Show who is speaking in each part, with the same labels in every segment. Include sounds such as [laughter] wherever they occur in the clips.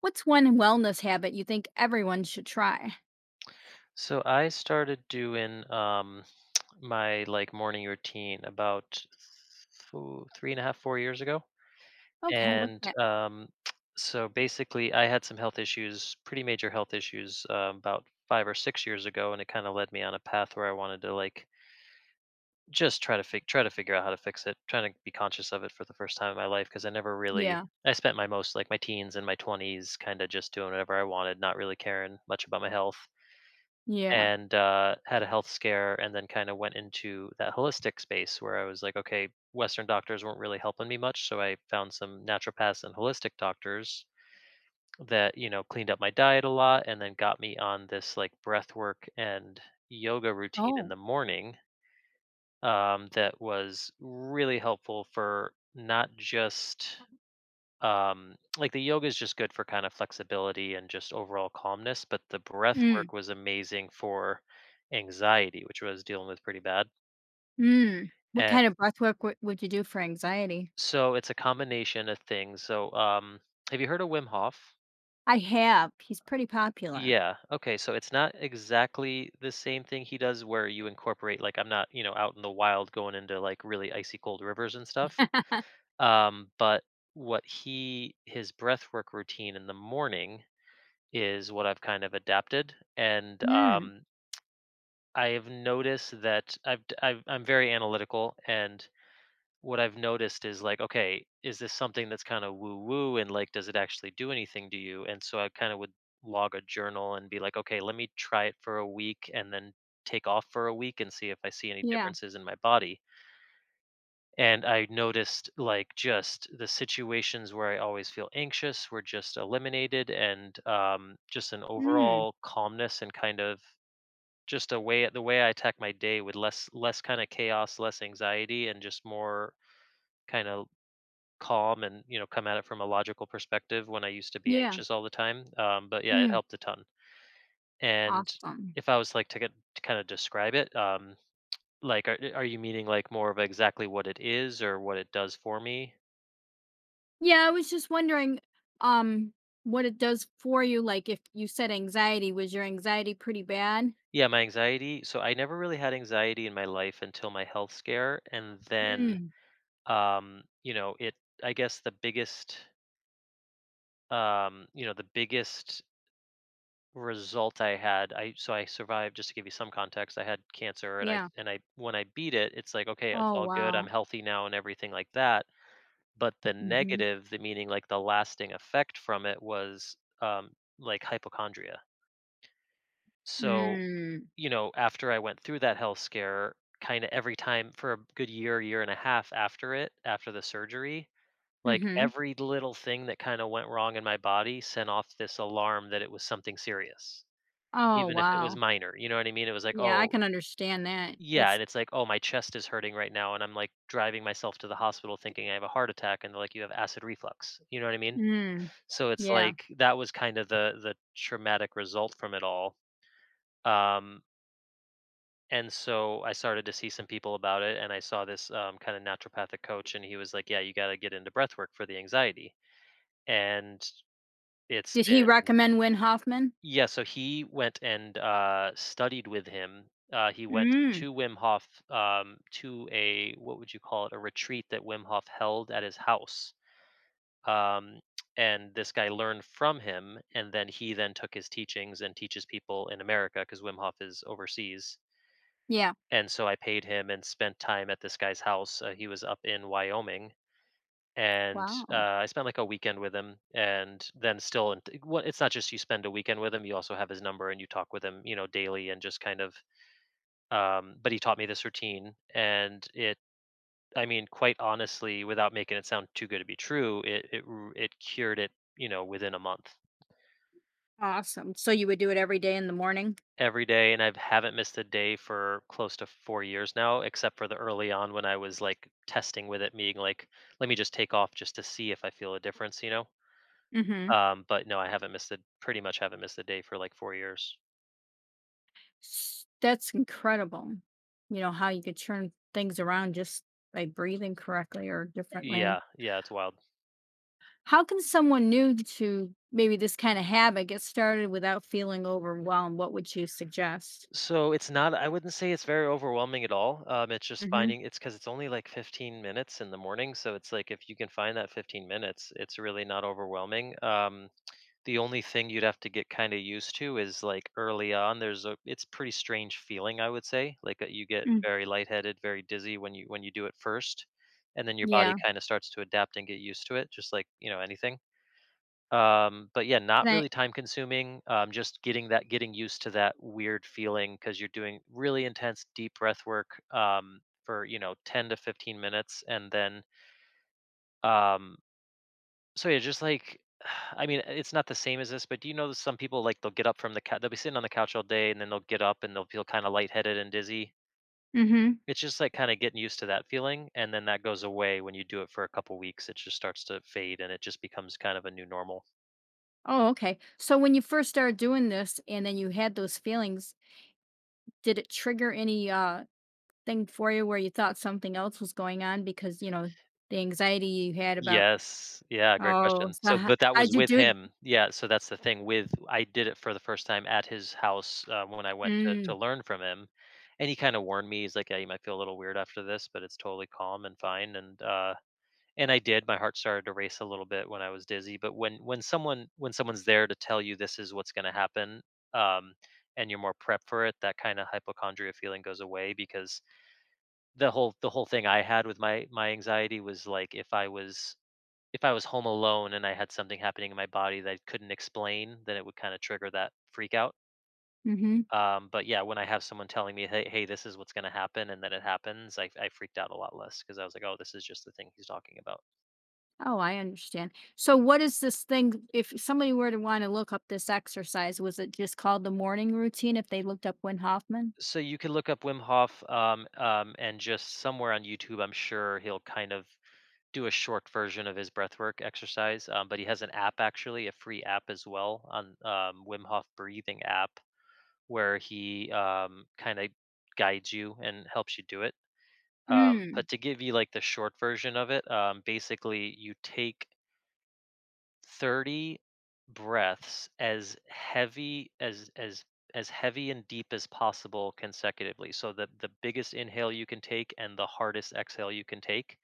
Speaker 1: What's one wellness habit you think everyone should try?
Speaker 2: So I started doing [sniffs] [tsk] my like morning routine about three and a half, 4 years ago.
Speaker 1: Okay, what's
Speaker 2: And
Speaker 1: that?
Speaker 2: [sniffs] [tsk] so basically I had some health issues, pretty major health issues about 5 or 6 years ago, and it kind of led me on a path where I wanted to like just try to figure out how to fix it, trying to be conscious of it for the first time in my life because I never really
Speaker 1: Yeah,
Speaker 2: I spent my most like my teens and my 20s kind of just doing whatever I wanted, not really caring much about my health.
Speaker 1: yeah.
Speaker 2: And had a health scare and then kind of went into that holistic space where I was like, okay, western doctors weren't really helping me much, so I found some naturopaths and holistic doctors that, you know, cleaned up my diet a lot, and then got me on this like breath work and yoga routine in the
Speaker 1: Oh.
Speaker 2: morning. That was really helpful for not just like the yoga is just good for kind of flexibility and just overall calmness, but the breath
Speaker 1: Mm,
Speaker 2: work was amazing for anxiety, which I was dealing with pretty bad.
Speaker 1: mm. What
Speaker 2: And
Speaker 1: kind of breath work would you do for anxiety?
Speaker 2: so it's a combination of things. Have you heard of Wim Hof?
Speaker 1: I have. He's pretty popular.
Speaker 2: Yeah. Okay. So it's not exactly the same thing he does where you incorporate, like, I'm not, you know, out in the wild going into like really icy cold rivers and stuff.
Speaker 1: [laughs]
Speaker 2: Um, but his breath work routine in the morning is what I've kind of adapted, and
Speaker 1: Mm,
Speaker 2: I've noticed that I've, d- I've I'm very analytical, and what I've noticed is like, okay, is this something that's kind of woo woo, and like, does it actually do anything to you? And so I kind of would log a journal and be like, okay, let me try it for a week, and then take off for a week and see if I see any
Speaker 1: yeah.
Speaker 2: differences in my body. And I noticed like just the situations where I always feel anxious were just eliminated, and just an
Speaker 1: Mm,
Speaker 2: overall calmness and kind of just a way the way I attack my day with less kind of chaos, less anxiety, and just more kind of calm, and, you know, come at it from a logical perspective when I used to be
Speaker 1: yeah.
Speaker 2: anxious all the time. But yeah, it
Speaker 1: Mm,
Speaker 2: helped a ton. And
Speaker 1: awesome.
Speaker 2: if I was like to get to kind of describe it, like are you meaning like more of exactly what it is or what it does for me?
Speaker 1: Yeah, I was just wondering um what it does for you, like, if you said anxiety— was your anxiety pretty bad?
Speaker 2: Yeah, my anxiety, so I never really had anxiety in my life until my health scare, and then,
Speaker 1: Mm,
Speaker 2: you know, it I guess the biggest, you know, the biggest result I had, I so I survived. Just to give you some context, I had cancer, and
Speaker 1: yeah.
Speaker 2: I, when I beat it, it's like, "Okay, it's
Speaker 1: Oh,
Speaker 2: all good, I'm
Speaker 1: wow.
Speaker 2: healthy now," and everything like that, but the
Speaker 1: Mhm.
Speaker 2: negative, the meaning, like, the lasting effect from it was, like, hypochondria. So
Speaker 1: Mm.
Speaker 2: you know, after I went through that health scare, kind of every time for a good year, year and a half after it, after the surgery, like
Speaker 1: Mhm.
Speaker 2: every little thing that kind of went wrong in my body sent off this alarm that it was something serious,
Speaker 1: Oh,
Speaker 2: even if it was
Speaker 1: wow.
Speaker 2: minor. You know what I mean? It was like,
Speaker 1: Yeah, I
Speaker 2: oh,
Speaker 1: can understand that.
Speaker 2: yeah. And
Speaker 1: It's
Speaker 2: it's like, oh, my chest is hurting right now, and I'm like driving myself to the hospital thinking I have a heart attack, and they're like, you have acid reflux. You know what I mean?
Speaker 1: mm,
Speaker 2: So it's
Speaker 1: yeah.
Speaker 2: like that was kind of the traumatic result from it all. Um, and so I started to see some people about it, and I saw this kind of naturopathic coach, and he was like, "Yeah, you got to get into breath work for the anxiety." And it's
Speaker 1: Did he
Speaker 2: been
Speaker 1: recommend Win Hoffman?
Speaker 2: yeah. So he went and studied with him. He went
Speaker 1: Mm,
Speaker 2: to Wim Hof, to a, what would you call it, a retreat that Wim Hof held at his house. Um, and this guy learned from him, and then he then took his teachings and teaches people in America because Wim Hof is overseas.
Speaker 1: yeah.
Speaker 2: And so I paid him and spent time at this guy's house. He was up in Wyoming, and
Speaker 1: Wow.
Speaker 2: I spent like a weekend with him. And then still, in well, it's not just you spend a weekend with him; you also have his number and you talk with him, you know, daily and just kind of. But he taught me this routine, and it. I mean, quite honestly, without making it sound too good to be true, it cured it, you know, within a month.
Speaker 1: Awesome. So you would do it every day in the morning?
Speaker 2: Every day, and I haven't missed a day for close to 4 years now, except for the early on when I was, like, testing with it, being like, "Let me just take off just to see if I feel a difference," you know?
Speaker 1: Mhm.
Speaker 2: But no, I haven't missed it. Pretty much haven't missed a day for, like, 4 years.
Speaker 1: That's incredible. You know how you could turn things around just by breathing correctly or differently.
Speaker 2: Yeah, yeah, it's wild.
Speaker 1: How can someone new to maybe this kind of habit get started without feeling overwhelmed? What would you suggest?
Speaker 2: So it's not I wouldn't say it's very overwhelming at all, it's just
Speaker 1: Mhm.
Speaker 2: finding. It's because it's only, like, 15 minutes in the morning, so it's like if you can find that 15 minutes, it's really not overwhelming. The only thing you'd have to get kinda used to is, like, early on, there's a it's pretty strange feeling, I would say, like, you get
Speaker 1: Mm,
Speaker 2: very lightheaded, very dizzy when you do it first, and then your body
Speaker 1: yeah.
Speaker 2: kinda starts to adapt and get used to it, just like, you know, anything. But yeah,
Speaker 1: Can
Speaker 2: not
Speaker 1: I—
Speaker 2: really time consuming, just getting used to that weird feeling because 'cause you're doing really intense deep breath work, for, you know, 10 to 15 minutes, and then, um so, yeah, just like [sighs] I mean, it's not the same as this, but do you know that some people, like, they'll get up from the couch, they'll be sitting on the couch all day, and then they'll get up, and they'll feel kinda lightheaded and dizzy?
Speaker 1: mhm.
Speaker 2: It's just, like, kinda getting used to that feeling, and then that goes away when you do it for a couple weeks, it just starts to fade, and it just becomes kind of a new normal.
Speaker 1: Oh, okay. So when you first started doing this and then you had those feelings, did it trigger any thing for you where you thought something else was going on because, you know, the anxiety you had about—
Speaker 2: Yes. Yeah, great
Speaker 1: oh,
Speaker 2: question.
Speaker 1: so
Speaker 2: So
Speaker 1: how,
Speaker 2: but that
Speaker 1: how'd
Speaker 2: was
Speaker 1: you
Speaker 2: with
Speaker 1: do it?
Speaker 2: him. Yeah, so that's the thing with. I did it for the first time at his house, when I went to
Speaker 1: Mm,
Speaker 2: learn from him, and he kinda warned me, he's like, "Yeah, you might feel a little weird after this, but it's totally calm and fine," and, and I did. My heart started to race a little bit when I was dizzy, but when someone's there to tell you this is what's going to happen, um and you're more prepped for it, that kind of hypochondria feeling goes away because the whole thing I had with my anxiety was like if I was home alone and I had something happening in my body that I couldn't explain, then it would kind of trigger that freak out.
Speaker 1: hmm.
Speaker 2: But yeah, when I have someone telling me, "Hey, hey, this is what's going to happen," and then it happens, I freaked out a lot less because I was like, "Oh, this is just the thing he's talking about."
Speaker 1: Oh, I understand. So what is this thing? If somebody were to want to look up this exercise, was it just called the morning routine if they looked up Win Hoffman?
Speaker 2: So you could look up Wim Hof, and just somewhere on YouTube, I'm sure he'll kind of do a short version of his breathwork exercise. But he has an app, actually, a free app as well, on Wim Hof breathing app, where he kind of guides you and helps you do it.
Speaker 1: Mm,
Speaker 2: But to give you like the short version of it, basically you take 30 breaths as heavy as heavy and deep as possible consecutively, so the biggest inhale you can take and the hardest exhale you can take,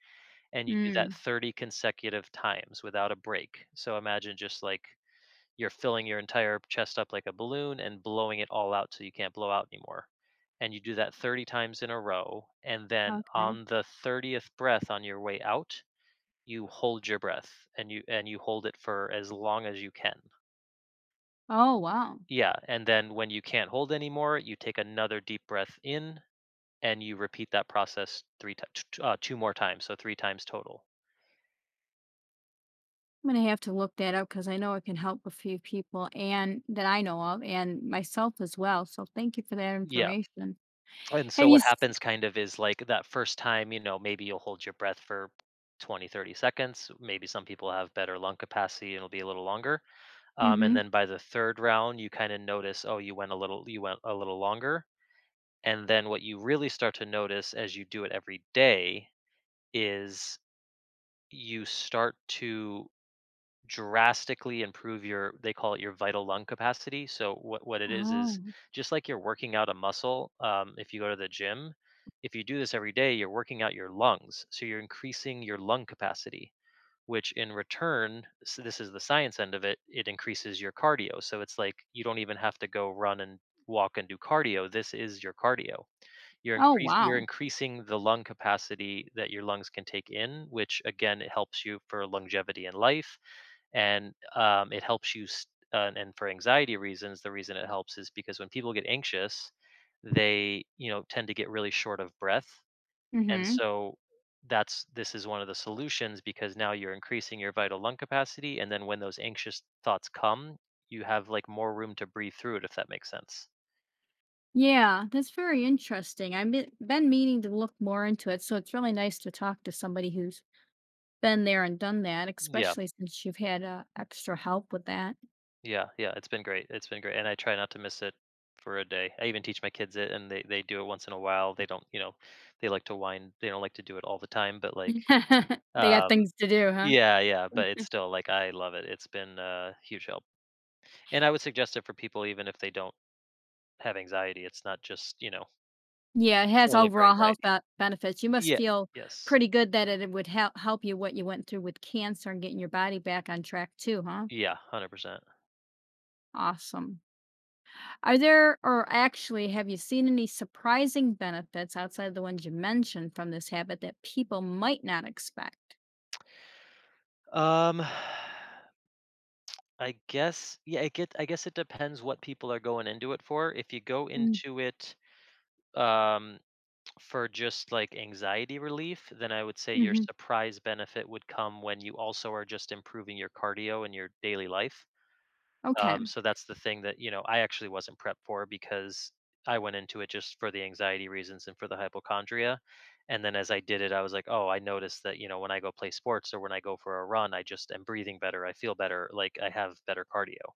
Speaker 2: and you do that
Speaker 1: mm,
Speaker 2: 30 consecutive times without a break. So imagine just like you're filling your entire chest up like a balloon and blowing it all out so you can't blow out anymore, and you do that 30 times in a row, and then
Speaker 1: okay.
Speaker 2: on the 30th breath, on your way out, you hold your breath, and you hold it for as long as you can.
Speaker 1: Oh, wow.
Speaker 2: Yeah, and then when you can't hold anymore, you take another deep breath in and you repeat that process 3 ti uh, 2 more times, so 3 times total.
Speaker 1: I'm gonna have to look that up because I know it can help a few people— and that I know of— and myself as well. So thank you for that
Speaker 2: Yeah,
Speaker 1: information.
Speaker 2: and
Speaker 1: Have
Speaker 2: so
Speaker 1: you?
Speaker 2: what
Speaker 1: S-
Speaker 2: happens kind of is like that first time, you know, maybe you'll hold your breath for 20-30 seconds. Maybe some people have better lung capacity and it'll be a little longer. And
Speaker 1: mm-hmm.
Speaker 2: then by the 3rd round, you kinda notice, oh, you went a little longer. And then what you really start to notice as you do it every day is you start to drastically improve your, they call it your vital lung capacity. So what it is
Speaker 1: Oh.
Speaker 2: just like you're working out a muscle. If you go to the gym, if you do this every day, you're working out your lungs. So you're increasing your lung capacity, which in return, so this is the science end of it, it increases your cardio. So it's like you don't even have to go run and walk and do cardio. This is your cardio.
Speaker 1: Oh,
Speaker 2: You're
Speaker 1: wow.
Speaker 2: increasing the lung capacity that your lungs can take in, which again, it helps you for longevity in life, and, it helps you s and for anxiety reasons. The reason it helps is because when people get anxious, they, you know, tend to get really short of breath, and
Speaker 1: Mm-hmm.
Speaker 2: so that's this is one of the solutions, because now you're increasing your vital lung capacity, and then when those anxious thoughts come, you have, like, more room to breathe through it, if that makes sense.
Speaker 1: Yeah, that's very interesting. I've been meaning to look more into it, so it's really nice to talk to somebody who's been there and done that,
Speaker 2: Yeah.
Speaker 1: especially since you've had extra help with that.
Speaker 2: Yeah, yeah, it's been great. It's been great, and I try not to miss it for a day. I even teach my kids it, and they do it once in a while. They don't, you know, they like to wind. They don't like to do it all the time, but like,
Speaker 1: [laughs] They got
Speaker 2: um,
Speaker 1: things to do, huh?
Speaker 2: yeah, yeah. But it's still like I love it. It's been a huge help, and I would suggest it for people even if they don't have anxiety. It's not just, you know,
Speaker 1: Yeah, it has
Speaker 2: solely for
Speaker 1: overall health
Speaker 2: anxiety.
Speaker 1: ba benefits. You must
Speaker 2: Yeah.
Speaker 1: feel
Speaker 2: Yes.
Speaker 1: pretty good that it would help you what you went through with cancer and getting your body back on track too, huh?
Speaker 2: Yeah. 100%.
Speaker 1: Awesome. Are there— or actually, have you seen any surprising benefits outside of the ones you mentioned from this habit that people might not expect?
Speaker 2: Um. [sighs] I guess yeah, I guess it depends what people are going into it for. If you go into it, um for just like anxiety relief, then I would say your
Speaker 1: Mm-hmm.
Speaker 2: surprise benefit would come when you also are just improving your cardio in your daily life.
Speaker 1: Okay.
Speaker 2: So that's the thing that, you know, I actually wasn't prepped for, because I went into it just for the anxiety reasons and for the hypochondria. And then as I did it, I was like, oh, I noticed that, you know, when I go play sports or when I go for a run, I just am breathing better, I feel better, like I have better cardio.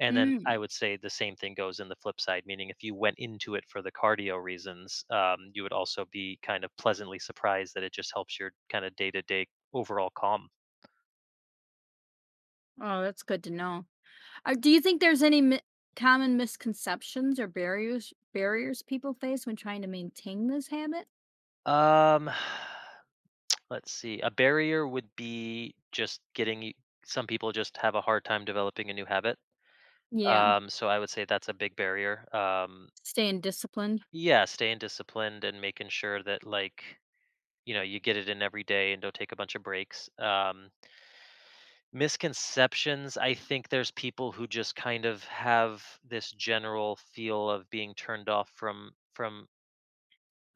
Speaker 2: And then I
Speaker 1: Mm.
Speaker 2: would say the same thing goes in the flip side, meaning if you went into it for the cardio reasons, you would also be kind of pleasantly surprised that it just helps your kind of day to day overall calm.
Speaker 1: Oh, that's good to know. Do you think there's any common misconceptions or barriers people face when trying to maintain this habit?
Speaker 2: Um, [sighs] let's see. A barrier would be just some people just have a hard time developing a new habit.
Speaker 1: Yeah,
Speaker 2: So I would say that's a big barrier.
Speaker 1: staying disciplined.
Speaker 2: Yeah, staying disciplined and making sure that, like, you know, you get it in every day and don't take a bunch of breaks. Misconceptions, I think there's people who just kind of have this general feel of being turned off from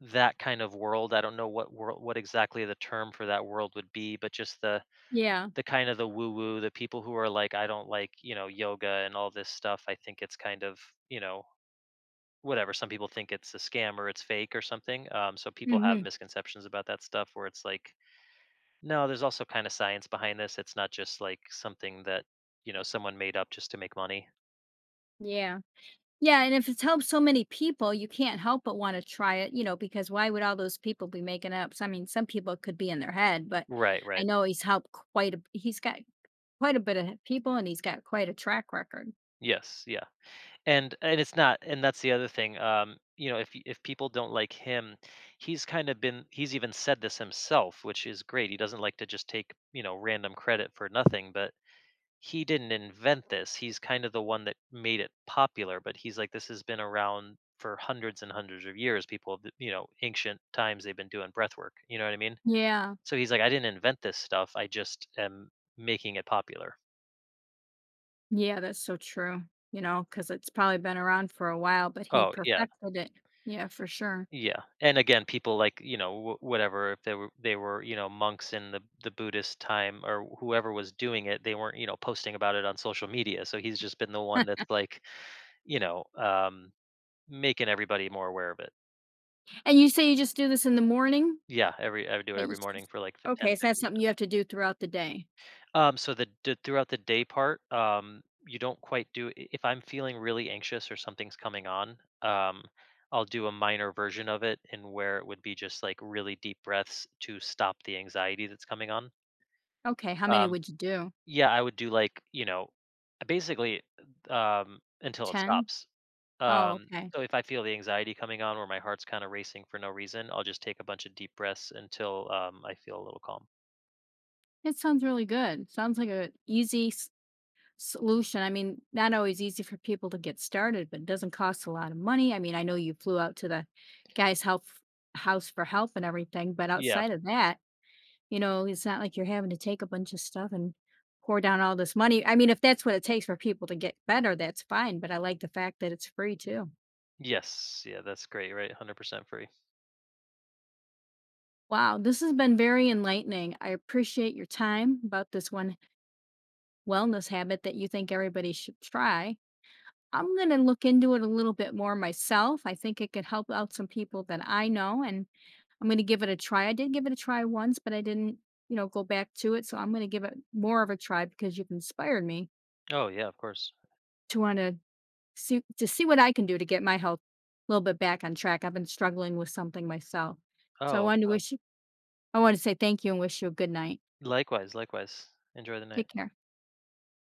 Speaker 2: that kind of world. I don't know what world, what exactly the term for that world would be, but just
Speaker 1: Yeah.
Speaker 2: the kind of the woo woo, the people who are like, I don't like, you know, yoga and all this stuff. I think it's kind of, you know, whatever. Some people think it's a scam or it's fake or something. So people have
Speaker 1: Mhm.
Speaker 2: misconceptions about that stuff where it's like, no, there's also kind of science behind this. It's not just like something that, you know, someone made up just to make money.
Speaker 1: Yeah. Yeah, and if it's helped so many people, you can't help but wanna try it, you know, because why would all those people be making up— so I mean, some people could be in their head, but
Speaker 2: Right,
Speaker 1: I
Speaker 2: right.
Speaker 1: know he's helped quite a he's got quite a bit of people, and he's got quite a track record.
Speaker 2: Yes, yeah. And it's not, and that's the other thing. You know, if people don't like him, he's kind of been he's even said this himself, which is great. He doesn't like to just take, you know, random credit for nothing, but he didn't invent this. He's kind of the one that made it popular, but he's like, this has been around for hundreds and hundreds of years. People, have, you know, ancient times they've been doing breath work. You know what I mean?
Speaker 1: Yeah.
Speaker 2: So he's like, "I didn't invent this stuff, I just am making it popular."
Speaker 1: Yeah, that's so true, you know, because it's probably been around for a while, but he
Speaker 2: Oh, yeah,
Speaker 1: perfected it. Yeah, for sure.
Speaker 2: yeah, and again, people like, you know, wh whatever, if they were, you know, monks in the Buddhist time or whoever was doing it, they weren't, you know, posting about it on social media, so he's just been the one that's
Speaker 1: [laughs]
Speaker 2: like, you know, making everybody more aware of it.
Speaker 1: And you say you just do this in the morning?
Speaker 2: Yeah, every, I would do it
Speaker 1: That you
Speaker 2: every morning
Speaker 1: s—
Speaker 2: for like the 10,
Speaker 1: okay, so that's
Speaker 2: 15.
Speaker 1: something you have to do throughout the day.
Speaker 2: So the d throughout the day part, you don't quite do I if I'm feeling really anxious or something's coming on, I'll do a minor version of it, and where it would be just, like, really deep breaths to stop the anxiety that's coming on.
Speaker 1: Okay, how many
Speaker 2: Um,
Speaker 1: would you do?
Speaker 2: yeah, I would do, like, you know, basically, until it
Speaker 1: 10?
Speaker 2: stops.
Speaker 1: Oh,
Speaker 2: Um,
Speaker 1: okay.
Speaker 2: so if I feel the anxiety coming on or my heart's kinda racing for no reason, I'll just take a bunch of deep breaths until, I feel a little calm.
Speaker 1: It sounds really good. Sounds like a easy solution. I mean, not always easy for people to get started, but it doesn't cost a lot of money. I mean, I know you flew out to the guy's health— house for help and everything, but
Speaker 2: Yeah.
Speaker 1: outside of that, you know, it's not like you're having to take a bunch of stuff and pour down all this money. I mean, if that's what it takes for people to get better, that's fine, but I like the fact that it's free too.
Speaker 2: Yes. Yeah, that's great, right? 100% free.
Speaker 1: Wow, this has been very enlightening. I appreciate your time about this one wellness habit that you think everybody should try. I'm going to look into it a little bit more myself. I think it could help out some people that I know, and I'm going to give it a try. I did give it a try once, but I didn't, you know, go back to it. So I'm going to give it more of a try because you've inspired me
Speaker 2: Oh yeah, of course.
Speaker 1: to want to see what I can do to get my health a little bit back on track. I've been struggling with something myself, so I
Speaker 2: Oh,
Speaker 1: wanted to wish you— I want to say thank you and wish you a good night.
Speaker 2: likewise, likewise. Enjoy the night.
Speaker 1: Take care.